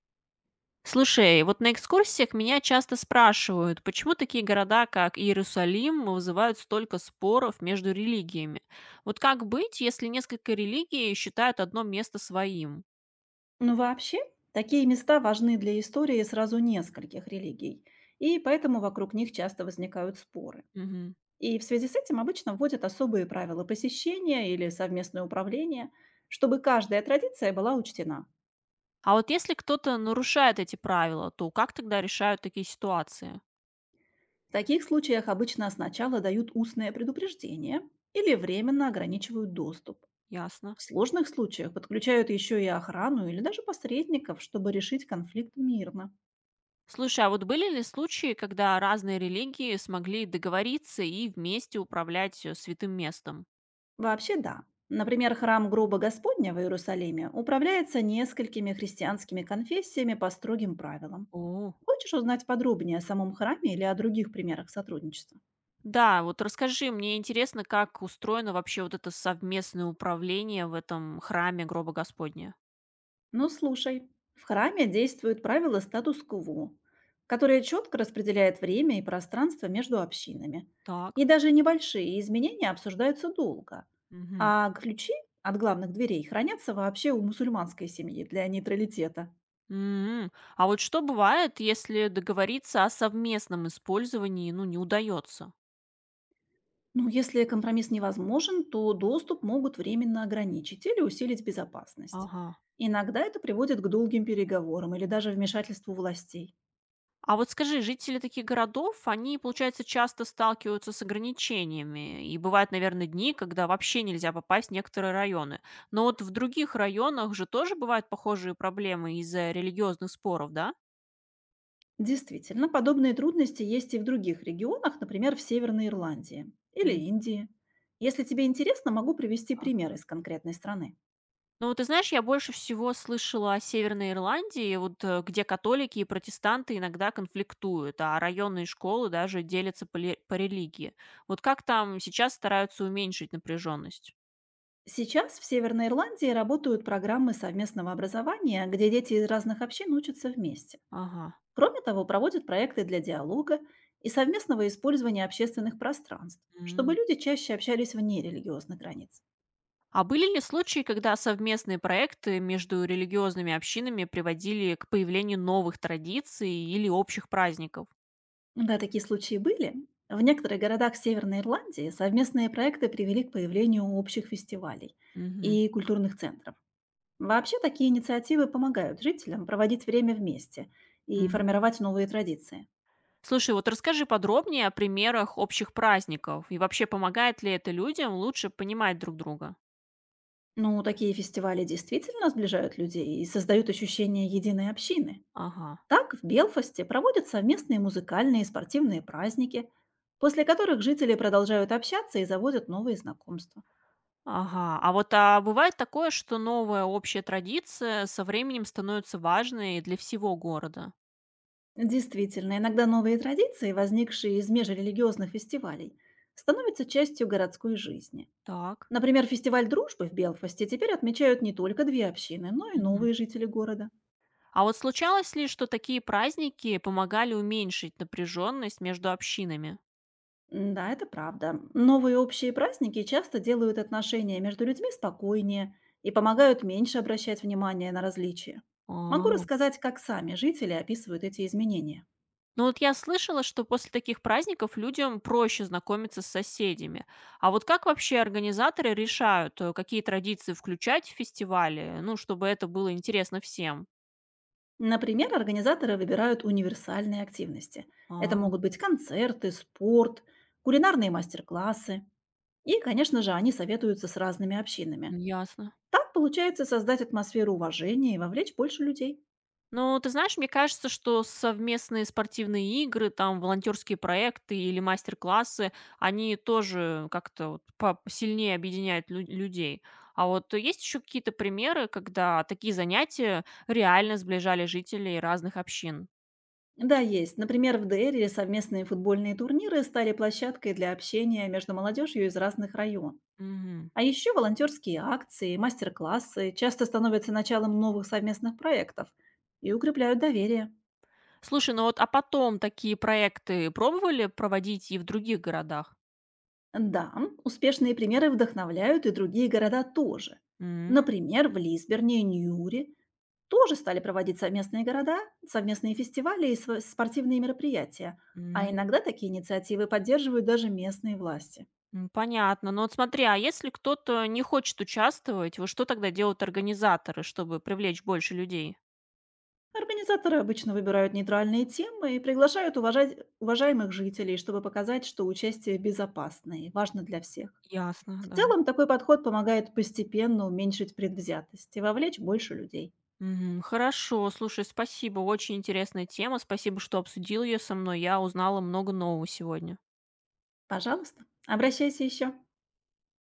Слушай, вот на экскурсиях меня часто спрашивают, почему такие города, как Иерусалим, вызывают столько споров между религиями. Вот как быть, если несколько религий считают одно место своим? Ну, вообще, такие места важны для истории сразу нескольких религий, и поэтому вокруг них часто возникают споры. Мгм. И в связи с этим обычно вводят особые правила посещения или совместное управление, чтобы каждая традиция была учтена. А вот если кто-то нарушает эти правила, то как тогда решают такие ситуации? В таких случаях обычно сначала дают устное предупреждение или временно ограничивают доступ. Ясно. В сложных случаях подключают еще и охрану или даже посредников, чтобы решить конфликт мирно. Слушай, а вот были ли случаи, когда разные религии смогли договориться и вместе управлять святым местом? Вообще да. Например, храм Гроба Господня в Иерусалиме управляется несколькими христианскими конфессиями по строгим правилам. О, Хочешь узнать подробнее о самом храме или о других примерах сотрудничества? да, вот расскажи, мне интересно, как устроено вообще вот это совместное управление в этом храме гроба Господня. Ну слушай, в храме действуют правила статус-кво, которые четко распределяют время и пространство между общинами. Так. И даже небольшие изменения обсуждаются долго. Мгм. А ключи от главных дверей хранятся вообще у мусульманской семьи для нейтралитета. М. А вот что бывает, если договориться о совместном использовании, ну, не удается? Ну, если компромисс невозможен, то доступ могут временно ограничить или усилить безопасность. Ага. Иногда это приводит к долгим переговорам или даже вмешательству властей. А вот скажи, жители таких городов, они, получается, часто сталкиваются с ограничениями. И бывают, наверное, дни, когда вообще нельзя попасть в некоторые районы. Но вот в других районах же тоже бывают похожие проблемы из-за религиозных споров, да? Действительно, подобные трудности есть и в других регионах, например, в Северной Ирландии или Индии. Если тебе интересно, могу привести М. пример из конкретной страны. Ну, ты знаешь, я больше всего слышала о Северной Ирландии, где католики и протестанты иногда конфликтуют, а районные школы даже делятся по религии. Вот как там сейчас стараются уменьшить напряженность? Сейчас в Северной Ирландии работают программы совместного образования, где дети из разных общин учатся вместе. Ага. Кроме того, проводят проекты для диалога и совместного использования общественных пространств, чтобы М. люди чаще общались вне религиозных границ. А были ли случаи, когда совместные проекты между религиозными общинами приводили к появлению новых традиций или общих праздников? Да, такие случаи были. В некоторых городах Северной Ирландии совместные проекты привели к появлению общих фестивалей Мгм. и культурных центров. Вообще такие инициативы помогают жителям проводить время вместе и формировать новые традиции. Слушай, вот расскажи подробнее о примерах общих праздников и вообще помогает ли это людям лучше понимать друг друга? Ну, такие фестивали действительно сближают людей и создают ощущение единой общины. Ага, Так, в Белфасте проводят совместные музыкальные и спортивные праздники, после которых жители продолжают общаться и заводят новые знакомства. ага. А вот бывает такое, что новая общая традиция со временем становится важной для всего города? Действительно, иногда новые традиции, возникшие из межрелигиозных фестивалей, становятся частью городской жизни. Так. Например, фестиваль дружбы в Белфасте теперь отмечают не только две общины, но и Мгм. новые жители города. А вот случалось ли, что такие праздники помогали уменьшить напряженность между общинами? М-да, это правда. Новые общие праздники часто делают отношения между людьми спокойнее и помогают меньше обращать внимание на различия. Могу А. рассказать, как сами жители описывают эти изменения. Ну вот я слышала, что после таких праздников людям проще знакомиться с соседями. А вот как вообще организаторы решают, какие традиции включать в фестивале, ну, чтобы это было интересно всем? Например, организаторы выбирают универсальные активности. Это А, могут быть концерты, спорт, кулинарные мастер-классы. И, конечно же, они советуются с разными общинами. ну, ясно. Так получается создать атмосферу уважения и вовлечь больше людей. Ну, ты знаешь, мне кажется, что совместные спортивные игры, там, волонтерские проекты или мастер-классы, они тоже как-то сильнее объединяют людей. А вот есть еще какие-то примеры, когда такие занятия реально сближали жителей разных общин? Да, есть. Например, в Дейре совместные футбольные турниры стали площадкой для общения между молодежью из разных районов. Мгм. А еще волонтерские акции, мастер-классы часто становятся началом новых совместных проектов и укрепляют доверие. Слушай, ну вот, а потом такие проекты пробовали проводить и в других городах? Да, успешные примеры вдохновляют и другие города тоже. М, Например, в Лисберне и Ньюри тоже стали проводить совместные города, совместные фестивали и спортивные мероприятия. А м, иногда такие инициативы поддерживают даже местные власти. м, понятно. Но вот смотри, а если кто-то не хочет участвовать, вот что тогда делают организаторы, чтобы привлечь больше людей? Организаторы обычно выбирают нейтральные темы и приглашают уважать уважаемых жителей, чтобы показать, что участие безопасно и важно для всех. Ясно, В да. целом такой подход помогает постепенно уменьшить предвзятость и вовлечь больше людей. Мгм. Хорошо, слушай, спасибо, очень интересная тема, спасибо, что обсудил ее со мной, я узнала много нового сегодня. Пожалуйста, обращайся еще.